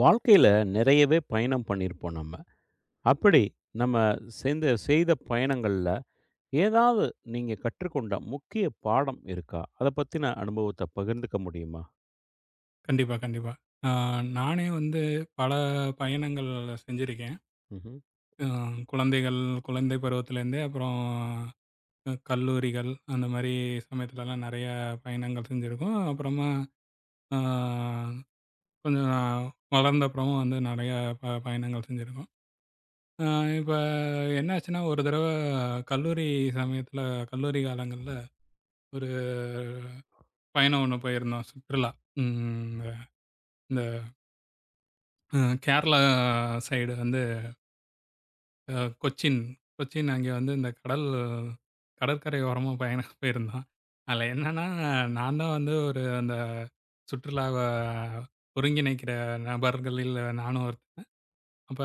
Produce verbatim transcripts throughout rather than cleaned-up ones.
வாழ்க்கையில நிறையவே பயணம் பண்ணியிருப்போம் நம்ம. அப்படி நம்ம சேர்ந்து செய்த பயணங்கள்ல, ஏதாவது நீங்க கற்றுக்கொண்ட முக்கிய பாடம் இருக்கா? அத பத்தின அனுபவத்த பகிர்ந்துக்க முடியுமா? கண்டிப்பா, கண்டிப்பா. ஆ நானே வந்து பல பயணங்கள் செஞ்சிருக்கேன். ம்ஹ்ம். அ குழந்தைகள் குழந்தை பருவத்திலேருந்தே அப்புறம் அ கல்லூரிகள் அந்த மாரி சமயத்துலலாம் நெறைய பயணங்கள் செஞ்சிருக்கோம். அப்புறமா ஆ கொஞ்சம் நான் வளர்ந்த அப்புறமும் வந்து நெறைய ப பயணங்கள் செஞ்சிருக்கோம். ஆ இப்ப என்னாச்சுன்னா, ஒரு தடவ கல்லூரி சமயத்தில கல்லூரி காலங்கள்ல ஒரு பயணம் ஒண்ணு போயிருந்தோம் சுற்றுலா. ம் இந்த அ கேரளா சைடு வந்து அ கொச்சின். கொச்சின் அங்கே வந்து இந்த கடல் கடற்கரை ஓரமா பயணம் போயிருந்தோம். அதில என்னன்னா, நான் தான் வந்து ஒரு அந்த சுற்றுலாவ ஒருங்கிணைக்கிற நபர்களில் நானும் ஒருத்தன். அப்ப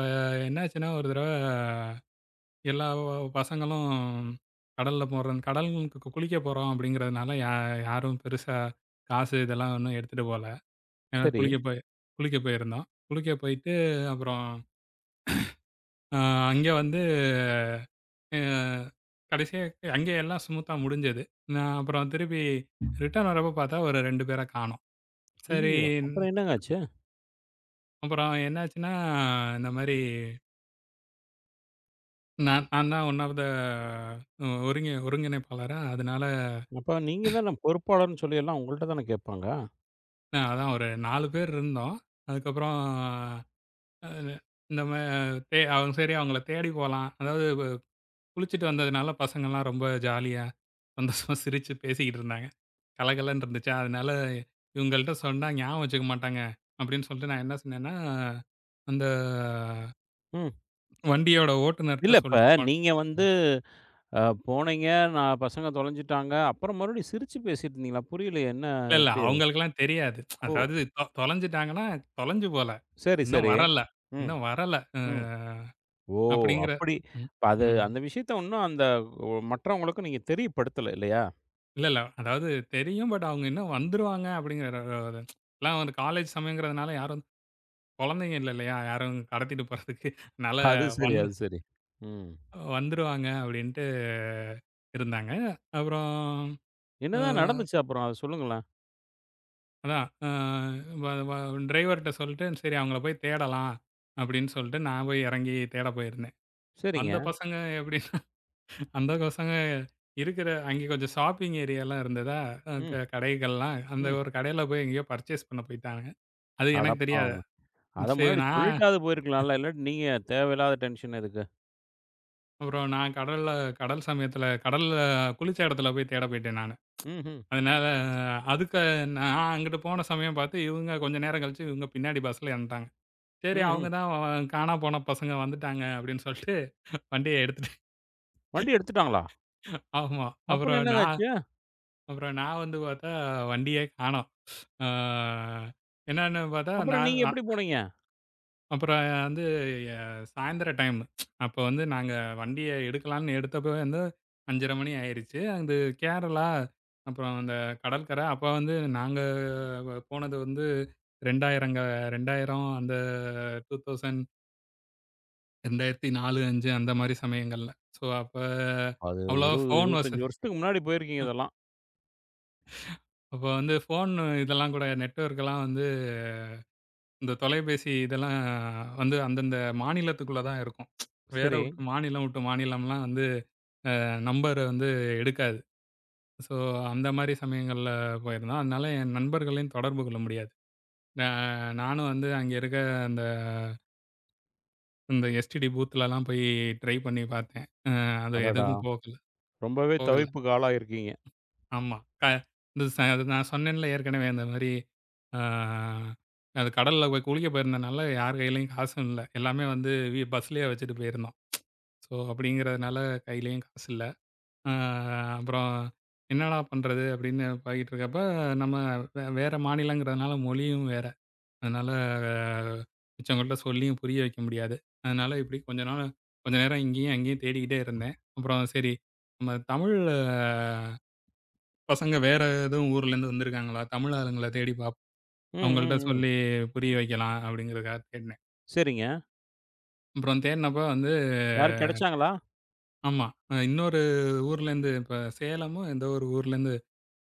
என்னாச்சுன்னா, ஒரு தடவ எல்லா பசங்களும் கடல்ல போறோம் கடலுக்கு குளிக்க போறோம் அப்படிங்கிறதுனால, யா யாரும் பெருசா காசு இதெல்லாம் ஒண்ணும் எடுத்துட்டு போல. ஏன்னா சரி. குளிக்க போய் குளிக்க போயிருந்தோம். குளிக்க போயிட்டு அப்புறம் அ அங்கே வந்து அ கடைசியா அங்கே எல்லாம் ஸ்மூத்தா முடிஞ்சது. நான் அப்புறம் திருப்பி ரிட்டர்ன் வரப்போ பார்த்தா ஒரு ரெண்டு பேர காணோம். சரி ஐய்யயோ! அப்புறம் என்னங்க ஆச்சு? அப்புறம் என்னாச்சுன்னா, இந்த மாரி நான் நான் தான் ஒன் ஆஃப் த ஒருங்கி ஒருங்கிணைப்பாளரா அதனால அப்ப நீங்க தான பொறுப்பாளர்ன்னு சொல்லி எல்லாம் உங்கள்ட்ட தான கேட்பாங்க? நான் அதான் ஒரு நாலு பேர் இருந்தோம். அதுக்கப்புறம் அ இந்த மா தே அவங்க சரி அவங்கள தேடி போலாம். அதாவது குளிச்சுட்டு வந்ததுனால பசங்கள்லாம் ரொம்ப ஜாலியா சந்தோஷமா சிரிச்சு பேசிக்கிட்டு இருந்தாங்க. கலகலன்னு இருந்துச்சா, அதனால இவங்கள்ட்ட சொன்னா ஞாபகம் வச்சுக்க மாட்டாங்க. அப்படின்னு சொல்லிட்டு நான் என்ன சொன்னேன்னா, அந்த ம். வண்டியோட இல்ல ஓட்டுனர்ட்ட இப்ப சொல்லிட்டு போனேன். நீங்க வந்து அ போனீங்க, நான் பசங்க தொலைஞ்சுட்டாங்க. அப்புறம் மறுபடியும் சிரிச்சு பேசிட்டு இருந்தீங்களா? புரியலையே என்ன இல்ல, இல்ல எப்படி அது? அவங்களுக்கெல்லாம் தெரியாது. ஓ! அதாவது தொ தொலைஞ்சுட்டாங்கன்னா, தொலைஞ்சு போல. சரி, இன்னும் சரி. வரல, ம், இன்னும் வரல. அ ம். ஓ! அப்படிங்கிற அப்படி ம், இப்ப அது ம். அந்த விஷயத்த இன்னும் அந்த ஒ மற்றவங்களுக்கு நீங்க தெரியப்படுத்தல இல்லையா? இல்ல, இல்ல. அதாவது தெரியும். பட் அவங்க இன்னும் வந்துருவாங்க அப்படிங்கிற ஒரு ஒரு- எல்லாம் ஒரு காலேஜ் சமயங்கிறதுனால யாரும் குழந்தைங்க இல்ல இல்லையா? யாரும் கடத்திட்டு போறதுக்கு. அதனால அது சரி, வந் அது சரி. ம். வந்துருவாங்க அப்படின்ட்டு இருந்தாங்க. அப்புறம் என்னதான் அ நடந்துச்சு அப்புறம்? அத சொல்லுங்களேன். அதான் அ வ வ டிரைவர்ட்ட சொல்லிட்டு, சரி அவங்கள போய் தேடலாம் அப்படின்னு சொல்லிட்டு நான் போய் இறங்கி தேட போயிருந்தேன். சரிங்க. அந்த பசங்க எப்படின்னா அந்த பசங்க இருக்கிற அங்கே கொஞ்சம் ஷாப்பிங் ஏரியாலாம் இருந்ததா, அ ம், க கடைகள்லாம் அந்த ம். ஒரு கடையில போய் எங்கேயோ பர்ச்சேஸ் பண்ண போயிட்டாங்க. அது அட எனக்கு தெரியாது. பாவம்! அத சரி முன்னாடி நான் சொல்லிட்டாவது போயிருக்கலாம்ல. இல்லாட்டி நீங்க தேவையில்லாத டென்ஷன் எதுக்கு? அப்புறம் நான் கடல்ல கடல் சமயத்தில கடல்ல குளிச்ச இடத்துல போய் தேட போயிட்டேன் நானு. ம்ஹ்ம், அதனால அதுக்கு நான் அங்கிட்டு போன சமயம் பார்த்து, இவங்க கொஞ்சம் நேரம் கழிச்சு இவங்க பின்னாடி பஸ்ல ஏறன்ட்டாங்க. சரி அவங்க ம்ஹ்ம். தான் காணா போன பசங்க வந்துட்டாங்க அப்படின்னு சொல்லிட்டு வண்டிய எடுத்துட்டு வண்டி எடுத்துட்டாங்களா? ஆமா. அப்புறம் அப்புறம் என்னங்க நான் ஆச்சு? அப்புறம் நான் வந்து பார்த்தா வண்டியே காணோம். ஆ என்னன்னு பார்த்தா அப்புறம் நான் நீங்க எப்படி போனீங்க? அப்புறம் வந்து எ சாயந்தர டைம். அப்ப வந்து நாங்க வண்டிய எடுக்கலான்னு எடுத்தப்பவே வந்து ஐந்தரை மணி ஆயிருச்சு. அது கேரளா, அப்புறம் அந்த கடற்கரை. அப்ப வந்து நாங்க வ போனது வந்து 2000ங்க இரண்டாயிரம் அந்த இரண்டாயிரம் இரண்டாயிரத்து நான்கு, ஐந்து அந்த மாரி சமயங்கள்ல. ஸோ அப்ப அது அவ்வளவா இருபது, ஃபோன் இருபத்தி ஐந்து வசதி வருஷத்துக்கு முன்னாடி போயிருக்கீங்க இதெல்லாம். அப்ப வந்து ஃபோன் இதெல்லாம் கூட நெட்வொர்க்லாம் வந்து இந்த தொலைபேசி இதெல்லாம் வந்து அந்தந்த மாநிலத்துக்குள்ள தான் இருக்கும். வேற சரி. விட்டு மாநிலம் விட்டு மாநிலம்லாம் வந்து நம்பர் வந்து எடுக்காது. ஸோ, அந்த மாரி சமயங்கள்ல போயிருந்தோம். அதனால என் நண்பர்களையும் தொடர்பு கொள்ள முடியாது. அ நானும் வந்து அங்க இருக்க அந்த இந்த எஸ்டிடி பூத்லலாம் போய் ட்ரை பண்ணி பார்த்தேன். அ அது அடடா! எதுவும் போகல ரொம்பவே போகல. தவிப்புக்கு ஆளாகியிருக்கீங்க. ஆமா. க இந்த ச அது நான் சொன்னேன்ல ஏற்கனவே அந்த மாரி அ அது கடல்ல போய் குளிக்க போயிருந்தனால யார் கையிலயும் காசும் இல்ல. எல்லாமே வந்து வி பஸ்லயே வச்சுட்டு போயிருந்தோம். ஸோ, அப்படிங்கிறதுனால கையிலயும் காசு இல்ல. அ அப்புறம் என்னடா பண்றது? அப்படின்னு பழகிட்டு இருக்கப்ப, நம்ம வே வேற மாநிலங்கிறதுனால மொழியும் வேற. அதனால ஆஹ் மிச்சவங்கள்ட்ட சொல்லியும் புரிய வைக்க முடியாது. அதனால இப்படி கொஞ்ச நாள் கொஞ்ச நேரம் இங்கேயும், அங்கேயும் தேடிக்கிட்டே இருந்தேன். அப்புறம் சரி நம்ம தமிழ் ஆஹ் பசங்க வேற எதுவும் ஊர்லேருந்து வந்திருக்காங்களா? தமிழ் ஆளுங்கள தேடி பார்ப்போம். ம், அவங்கள்ட்ட ம், ம். சொல்லி புரிய வைக்கலாம் அப்படிங்கிறதுக்காக தேடினேன். சரிங்க. அப்புறம் தேடினப்ப வந்து யாரும் கிடைச்சாங்களா? ஆமா. இன்னொரு ஊர்லேருந்து இப்ப சேலமோ ஏதோ ஒரு ஊர்லேருந்து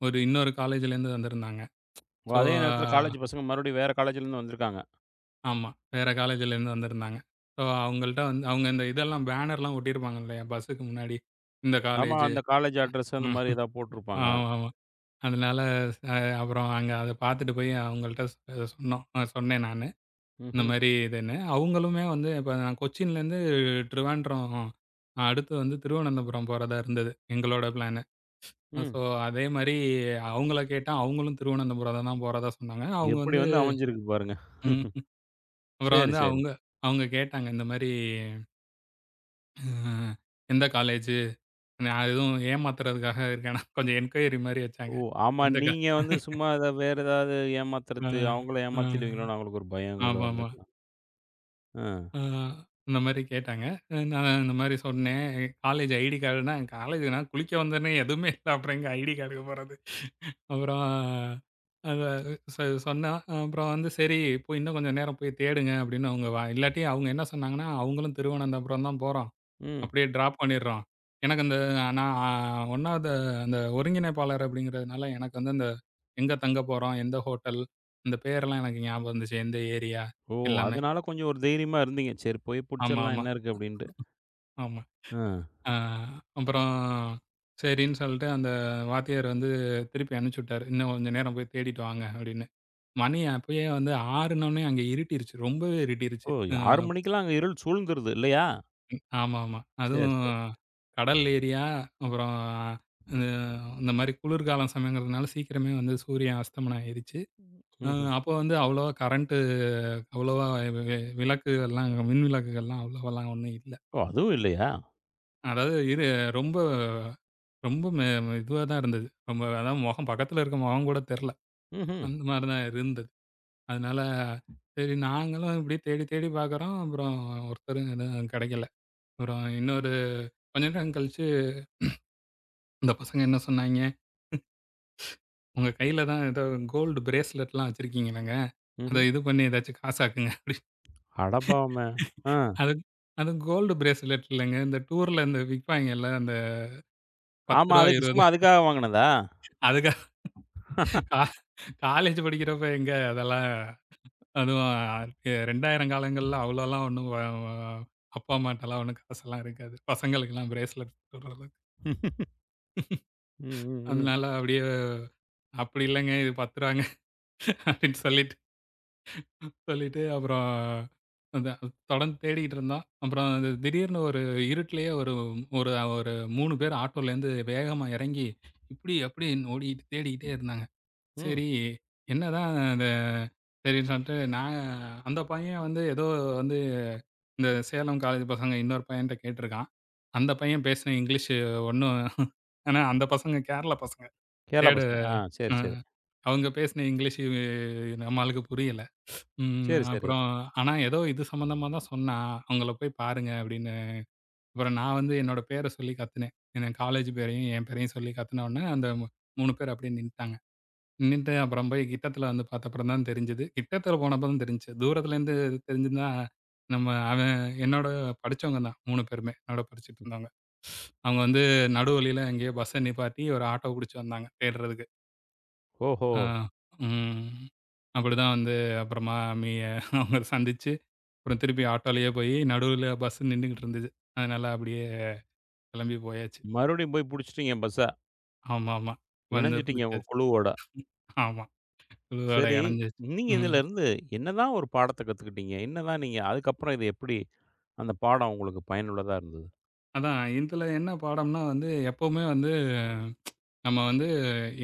ஒரு இன்னொரு காலேஜ்லேருந்து வந்திருந்தாங்க. ஓ! ஸோ அதே நேரத்தில காலேஜ் பசங்க மறுபடியும் வேற காலேஜ்லேருந்து வந்திருக்காங்க. ஆமா. வேற காலேஜ்லேருந்து வந்திருந்தாங்க. ஸோ அவங்கள்ட்ட வந்து அவங்க இந்த இதெல்லாம் பேனர்லாம் ஒட்டியிருப்பாங்க இல்லையா? பஸ்ஸுக்கு முன்னாடி. இந்த ஆமா, காலேஜ் அந்த காலேஜ் அட்ரஸ் அந்த ம். மாரி ஏதாவது போட்டிருப்பாங்க. ஆமா, ஆமா. அதனால அ அப்புறம் அங்க அத பார்த்துட்டு போய் அவங்கள்ட்ட சொ சொன்னோம். அ சொன்னேன் நானு. இந்த ம்ஹ்ம். மாரி இதுன்னு. அவங்களுமே வந்து இப்ப நான் கொச்சின்லேருந்து ட்ரிவாண்ட்ரம் அடுத்து வந்து திருவனந்தபுரம் போறதா இருந்தது. எங்களோட பிளானு. ம். ஸோ அதே மாரி அவங்கள கேட்டா அவங்களும் திருவனந்தபுரம் தான் போறதா சொன்னாங்க. அவங்க எப்படி வந்து அமைஞ்சிருக்கு பாருங்க. வந்து அப்புறம் சரி, வந்து சரி. அவங்க அவங்க கேட்டாங்க இந்த மாரி அ எந்த காலேஜு? நான் எதுவும் ஏமாத்துறதுக்காக இருக்கேனா? கொஞ்சம் என்கொயரி மாரி ஓ! வச்சாங்க. ஆமா, எந்த க நீங்க வந்து சும்மா ஏதா வேற ஏதாவது அ ஏமாத்துறது, அவங்கள அ ஏமாத்திடுவீங்களோன்னு அவங்களுக்கு ஒரு பயம் கீயம் ஆமாமா. வந்திருக்கலாம். ஆ. அ இந்த மாரி கேட்டாங்க. அஹ், நான் இந்த மாரி சொன்னேன். காலேஜ் ஐடி கார்டுனா, காலேஜ் நான் குளிக்க வந்தோனே எதுவுமே இல்ல. அப்புறம் எங்க ஐடி கார்டுக்கு போறது? அப்புறம் அத சொ சொன்னா. அப்புறம் வந்து சரி போய் இன்னும் கொஞ்சம் நேரம் போய் தேடுங்க அப்படின்னு அவங்க வா இல்லாட்டி அவங்க என்ன சொன்னாங்கன்னா, அவங்களும் திருவனந்தபுரம் தான் போறோம். ம். அப்படியே டிராப் பண்ணிடுறோம். எனக்கு அந்த நான் அ 1வது அந்த ஒருங்கிணைப்பாளர் அப்படிங்கிறதுனால, எனக்கு வந்து அந்த எங்க தங்க போறோம், எந்த ஹோட்டல், இந்த பேரெல்லாம் எனக்கு ஞாபகம் இருந்துச்சு. எந்த ஏரியா ஓ! எல்லாமே. அதனால கொஞ்சம் ஒரு தைரியமா இருந்தீங்க. சரி போய் ஆமா, புடிச்சிடலாம் ஆமா, என்ன இருக்கு அப்படின்ட்டு. ஆமா. ஆ. அ அப்புறம் சரின்னு சொல்லிட்டு அந்த வாத்தியார் வந்து திருப்பி அனுப்பிச்சு விட்டாரு. "இன்னும் கொஞ்சம் நேரம் போய் தேடிட்டு வாங்க" அப்படின்னு. மணி அப்பயே வந்து 6ன்னோனே அங்க இருட்டிருச்சு. ரொம்பவே இருட்டிருச்சு. ஓ! ஆறு மணிக்கெல்லாம் அங்க இருள் சூழ்ந்துருது இல்லையா? ஆமாமா. சரி, அதுவும் சரி. கடல் ஏரியா, அப்புறம் இந்த இந்த மாரி குளிர்காலம் சமயங்கிறதுனால சீக்கிரமே வந்து சூரியன் அஸ்தமனம் ஆயிருச்சு. அ ம்ஹ்ம். அப்போ வந்து அவ்வளவா கரண்ட்டு அவ்வளவா வி வி விளக்குகள்லாம் அங்க மின் விளக்குகள்லாம் அவ்வளவாலாம் ஒண்ணும் இல்ல. ஓ! அதுவும் இல்லையா? அதாவது இரு ரொம்ப ரொம்ப மெ இதுவா தான் இருந்தது. ரொம்ப அதான் முகம் பக்கத்துல இருக்க முகம் கூட தெர்ல. ம்ஹ்ம். அந்த மாரி தான் இருந்தது. அதனால சரி நாங்களும் இப்படி தேடி தேடி பார்க்குறோம். அப்புறம் ஒருத்தரும் எதுவும் கெடைக்கல. அப்புறம் இன்னொரு கொஞ்ச நேரம் கழிச்சு, இந்த பசங்க என்ன சொன்னாய்ங்க உங்க கையில தான் ஏதோ கோல்டு பிரேஸ்லெட்லாம் வச்சிருக்கீங்களாங்க. ம்ஹ்ம். அத இது பண்ணி ஏதாச்சும் காசாக்குங்க. அடப்பாவமே! ஆ. அது அது கோல்டு பிரேஸ்லெட் இல்லங்க. இந்த டூர்ல இந்த விப்பாய்ங்கல்ல. அந்த ரூ. ஆமா. பத்து அதுக்கு இருபது சும்மா அதுக்காக வாங்குனதா? அதுக்கு கா காலேஜ் படிக்கிறப்ப எங்க அதெல்லாம் அதுவும் இரண்டாயிரம் காலங்கள்ல அவ்வளோலாம் ஒண்ணும் வ வ அப்பா அம்மாட்டலாம் ஒண்ணும் காசெல்லாம் இருக்காது. பசங்களுக்கெல்லாம் பிரேஸ்லெட் போடுற அளவுக்கு. ம், ம், ம், அதனால அப்படியே அப்படி இல்லங்க இது ரூ. பத்து அப்படின்னு சொல்லிட்டு சொல்லிட்டு அப்புறம் அந்த தொடர்ந்து தேடிக்கிட்டு இருந்தான். அப்புறம் அது திடீர்னு ஒரு இருட்டிலேயே ஒரு ஒரு ஒரு மூணு பேர் ஆட்டோலேருந்து வேகமா இறங்கி, இப்படி அப்படின்னு ஓடிட்டு தேடிக்கிட்டே இருந்தாங்க. ம். சரி என்னதான் அந்த சரின்னு சொல்லிட்டு நான் அந்த பையன் வந்து ஏதோ வந்து இந்த சேலம் காலேஜ் பசங்க இன்னொரு பையன்ட்ட கேட்டிருக்கான். அந்த பையன் பேசின இங்கிலீஷ் ஒண்ணும் ஆனா அந்த பசங்க கேரளா பசங்க. கேரளா தேடு பசங்க. ஆ சரி, அ சரி. அவங்க பேசின இங்கிலீஷ் நம்ம ஆளுக்கு புரியல. ம். சரி, சரி. அப்புறம் ஆனா ஏதோ இது சம்மந்தமா தான் சொன்னா, "அவங்கள போய் பாருங்க" அப்படின்னு. அப்புறம் நான் வந்து என்னோட பேர சொல்லி கத்துனேன். என் காலேஜ் பேரையும், என் பேரையும் சொல்லி கத்துன உடனே அந்த மூணு பேர் அப்படியே நின்னுட்டாங்க. நின்னுட்டு அப்புறம் போய் கிட்டத்துல வந்து பார்த்தப்புறம் தான் தெரிஞ்சது. கிட்டத்துல போனப்ப தான் தெரிஞ்சுச்சு. தூரத்துலேருந்து தெரிஞ்சிருந்தா, நம்ம அவன் என்னோட படிச்சவங்க தான் மூணு பேருமே. என்னோட படிச்சுட்டு இருந்தவங்க. அவங்க வந்து நடு வழியில எங்கேயோ பஸ்ஸ நிப்பாட்டி ஒரு ஆட்டோ புடிச்சு வந்தாங்க தேடுறதுக்கு. ஓஹோ! ஆ, ம். அப்படிதான் வந்து அப்புறமா மீ அவங்க சந்திச்சு அப்புறம் திருப்பி ஆட்டோலயே போயி, நடுவுல பஸ் நின்னுகிட்டு இருந்தது. அதனால அப்படியே கிளம்பி போயாச்சு. மறுபடியும் போய் புடிச்சுட்டீங்க பஸ்ஸ. ஆமா, ஆமா. வந்து இணஞ்சுட்டீங்க உங்க பிடிச்சாச்சு. குழுவோட. ஆமா. குழுவோட சரி, இணஞ்சாச்சு. நீங்க ம். இதிலருந்து என்னதான் ஒரு பாடத்த கத்துக்கிட்டீங்க? என்னதான் நீங்க அதுக்கப்புறம் இது எப்படி அந்த பாடம் உங்களுக்கு பயனுள்ளதா இருந்தது? அதான் இதுல என்ன பாடம்னா வந்து, எப்பவுமே வந்து நம்ம வந்து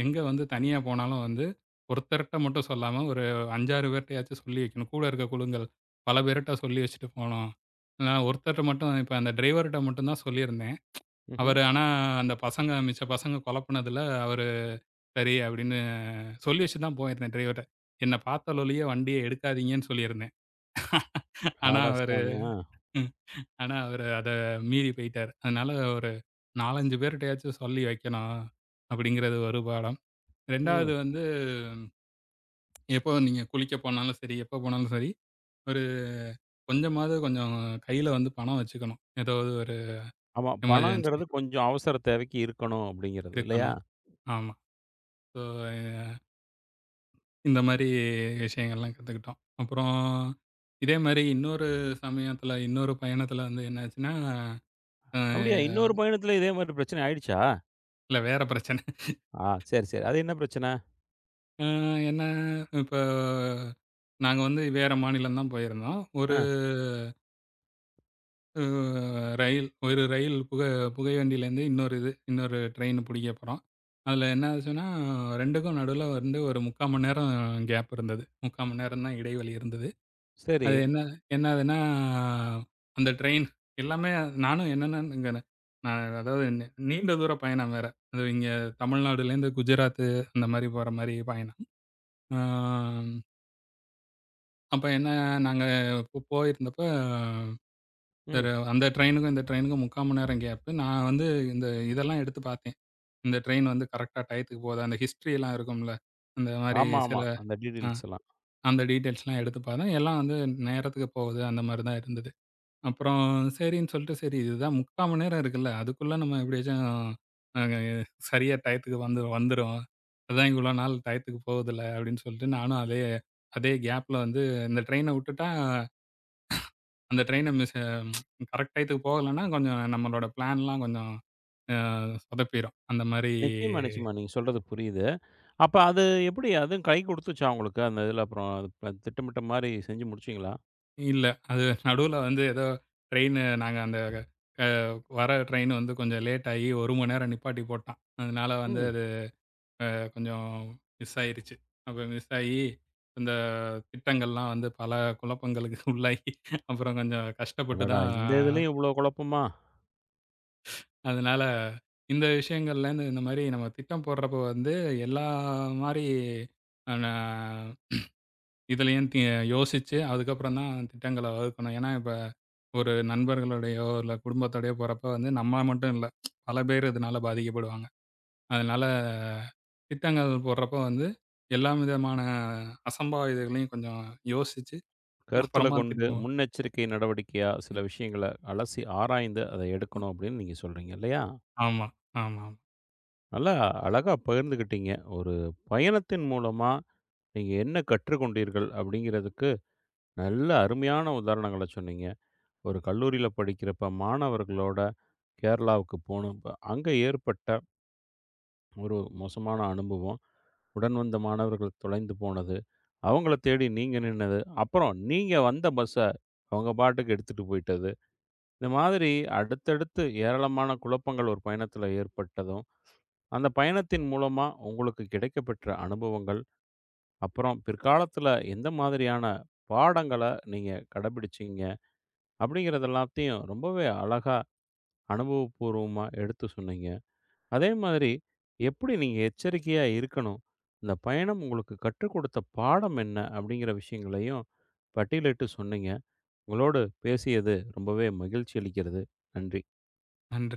எங்க வந்து தனியா போனாலும் வந்து, ஒருத்தர்ட்ட மட்டும் சொல்லாம ஒரு ஐந்து, ஆறு பேர்ட்டயாச்சும் சொல்லி வைக்கணும். கூட இருக்க குழுங்கள் பல பேர்ட்ட சொல்லி வச்சுட்டு போணும். நான் ஒருத்தர்ட்ட மட்டும் இப்ப அந்த டிரைவர்ட்ட மட்டும் தான் சொல்லியிருந்தேன். ம்ஹ்ம். அவரு ஆனா அந்த பசங்க மிச்ச பசங்க குழப்புனதுல அவர் சரி அப்படின்னு சொல்லி வச்சுட்டு தான் போயிருந்தேன் டிரைவர்ட்ட. என்ன பார்த்தாலொழிய வண்டிய எடுக்காதீங்கன்னு சொல்லியிருந்தேன். ஆனா அட அவரு சாமி! ஆ. ம் ஆனா அவரு அத மீறி போயிட்டாரு. அதனால ஒரு நாலு, ஐந்து பேர்ட்டயாச்சும் சொல்லி வைக்கணும் அப்படிங்கிறது ஒரு பாடம். ம். 2வது வந்து எப்போ நீங்க குளிக்க போனாலும் சரி, எப்போ போனாலும் சரி, ஒரு கொஞ்சமாவது கொஞ்சம் கையில வந்து பணம் வச்சுக்கணும். ஏதாவது ஒரு ஆமா. எமர்ஜென்சி பணங்கிறது கொஞ்சம் அவசர தேவைக்கு இருக்கணும் அப்படிங்கிறது இல்லையா? இருக்கணும். ஆமா. ஸோ இந்த மாரி விஷயங்கள்லாம் கத்துக்கிட்டோம். அப்புறம் இதே மாரி இன்னொரு சமயத்துல, இன்னொரு பயணத்துல வந்து என்ன ஆச்சுன்னா, அப்படியா? அ இன்னொரு பயணத்துல இதே மாரி பிரச்சனை ஆயிடுச்சா? இல்ல வேற பிரச்சனை. ஆ சரி, சரி. அது என்ன பிரச்சனை? அ என்ன இப்ப நாங்க வந்து வேற மாநிலம் தான் போயிருந்தோம். ஒரு ஆ அ ரயில் ஒரு ரயில் புகை புகைவண்டியிலேருந்து இன்னொரு இது, இன்னொரு ட்ரெயின் புடிக்க போறோம். அதுல என்ன ஆச்சுன்னா, 2க்கும் நடுவுல வந்து ஒரு முக்கால் மணி நேரம் கேப் இருந்தது. முக்கால் மணி நேரம் தான் இடைவெளி இருந்தது. சரி. அது என்ன என்ன ஆகுதுன்னா, அந்த ட்ரெயின் எல்லாமே நானும் என்னென்னங்கிறேன். நான் அதாவது நி நீண்ட தூர பயணம் வேற. அது இங்க தமிழ்நாடுலேருந்து குஜராத்து அந்த மாரி போற மாரி பயணம். ஆ அப்ப என்ன நாங்க போ போயிருந்தப்ப ம். ஒரு அந்த ட்ரெயினுக்கும் இந்த ட்ரெயினுக்கும் முக்கால் மணி நேரம் கேப்பு. நான் வந்து இந்த இதெல்லாம் எடுத்து பார்த்தேன். இந்த ட்ரெயின் வந்து கரெக்ட்டா டயத்துக்கு போதா? அந்த ஹிஸ்ட்ரிலாம் இருக்கும்ல. அந்த மாரி ஆமா, ஆமா. சில அந்த அ டீடெயில்ஸ் எல்லாம். அந்த டீட்டெயில்ஸ்லாம் எடுத்து பார்த்தேன். எல்லாம் வந்து நேரத்துக்கு போகுது அந்த மாரி தான் இருந்தது. அப்புறம் சரின்னு சொல்லிட்டு, சரி இதுதான் முக்கால் மணி நேரம் இருக்குல்ல. அதுக்குள்ள நம்ம எப்படியாச்சும் நாங்க சரியா டயத்துக்கு வந்து வந்துரும். அதான் இவ்வளோ நாள் டயத்துக்கு போகுதுல்ல அப்படின்னு சொல்லிட்டு நானும் அதே அதே கேப்ல வந்து இந்த ட்ரெயின விட்டுட்டா, அந்த ட்ரெயின மிஸ் கரெக்ட் டயத்துக்கு போகலன்னா கொஞ்சம் நம்மளோட பிளான்லாம் கொஞ்சம் அ சொதப்பிரும். அந்த மாரி நிச்சயமா, நிச்சயமா. நீங்க சொல்றது புரியுது. அப்ப அது எப்படி அதுவும் கை குடுத்துச்சா உங்களுக்கு? அந்த இதுல அப்புறம் அது ப- திட்டமிட்ட மாரி செஞ்சு முடிச்சீங்களா? இல்ல. அது நடுவுல வந்து ஏதோ ட்ரெயின் நாங்க அந்த அ வர ட்ரெயின் வந்து கொஞ்சம் லேட் ஆகி ஒரு மணி நேரம் நிப்பாட்டி போட்டான். அதனால வந்து ம். அது கொஞ்சம் மிஸ் ஆயிருச்சு. அப்ப மிஸ் ஆயி, இந்த திட்டங்கள்லாம் வந்து பல குழப்பங்களுக்கு உள்ளாகி, அப்புறம் கொஞ்சம் கஷ்டப்பட்டு அடடா! தான் இந்த இதுலயும் இவ்ளோ குழப்பமா? அதனால இந்த விஷயங்கள்லேருந்து இந்த மாரி நம்ம திட்டம் போடுறப்போ வந்து எல்லா மாரி அ ந இதுலயும் தி யோசிச்சு அதுக்கப்புறம் தான் திட்டங்கள வகுக்கணும். ஏன்னா, இப்ப ஒரு நண்பர்களோடையோ, இல்ல குடும்பத்தோடையோ போறப்ப வந்து நம்ம மட்டும் இல்ல. பல பேர் இதனால பாதிக்கப்படுவாங்க. அதனால திட்டங்கள் போடுறப்ப வந்து எல்லா விதமான அசம்பாவிதங்களையும் கொஞ்சம் யோசிச்சு கருத்துல அப்புறமா கொண்டு திட்டுவோம். முன்னெச்சரிக்கை நடவடிக்கையா சில விஷயங்கள அலசி ஆராய்ந்து அத எடுக்கணும் அப்படின்னு நீங்க சொல்றீங்க இல்லையா? ஆமா, ஆமா, ஆமா. நல்லா அழகா பகிர்ந்துக்கிட்டீங்க. ஒரு பயணத்தின் மூலமா நீங்க என்ன கற்றுக்கொண்டீர்கள் அப்படிங்கிறதுக்கு நல்ல அருமையான உதாரணங்கள சொன்னீங்க. ஒரு கல்லூரியில படிக்கிறப்ப மாணவர்களோட கேரளாவுக்கு போனோம். ப அங்க ஏற்பட்ட ஒரு மோசமான அனுபவம். உடன் வந்த மாணவர்கள் தொலைந்து போனது. அவங்கள தேடி நீங்க நின்னது. அப்புறம் நீங்க வந்த பஸ்ஸ அவங்க பாட்டுக்கு எடுத்துட்டு போயிட்டது. இந்த மாதிரி அடுத்தடுத்து ஏராளமான குழப்பங்கள் ஒரு பயணத்துல ஏற்பட்டதும், அந்த பயணத்தின் மூலமா உங்களுக்கு கிடைக்கப்பெற்ற அனுபவங்கள், அப்புறம் பிற்காலத்துல எந்த மாதிரியான பாடங்கள நீங்க கடைபிடிச்சீங்க? அப்படிங்கிறது எல்லாத்தையும் ரொம்பவே அழகா அனுபவபூர்வமா எடுத்து சொன்னீங்க. அதே மாதிரி எப்படி நீங்க எச்சரிக்கையா இருக்கணும்? இந்த பயணம் உங்களுக்கு கற்றுக் கொடுத்த பாடம் என்ன? அப்படிங்கிற விஷயங்களையும் பட்டியலிட்டு சொன்னீங்க. உங்களோடு பேசியது ரொம்பவே மகிழ்ச்சி அளிக்கிறது. நன்றி. நன்றி.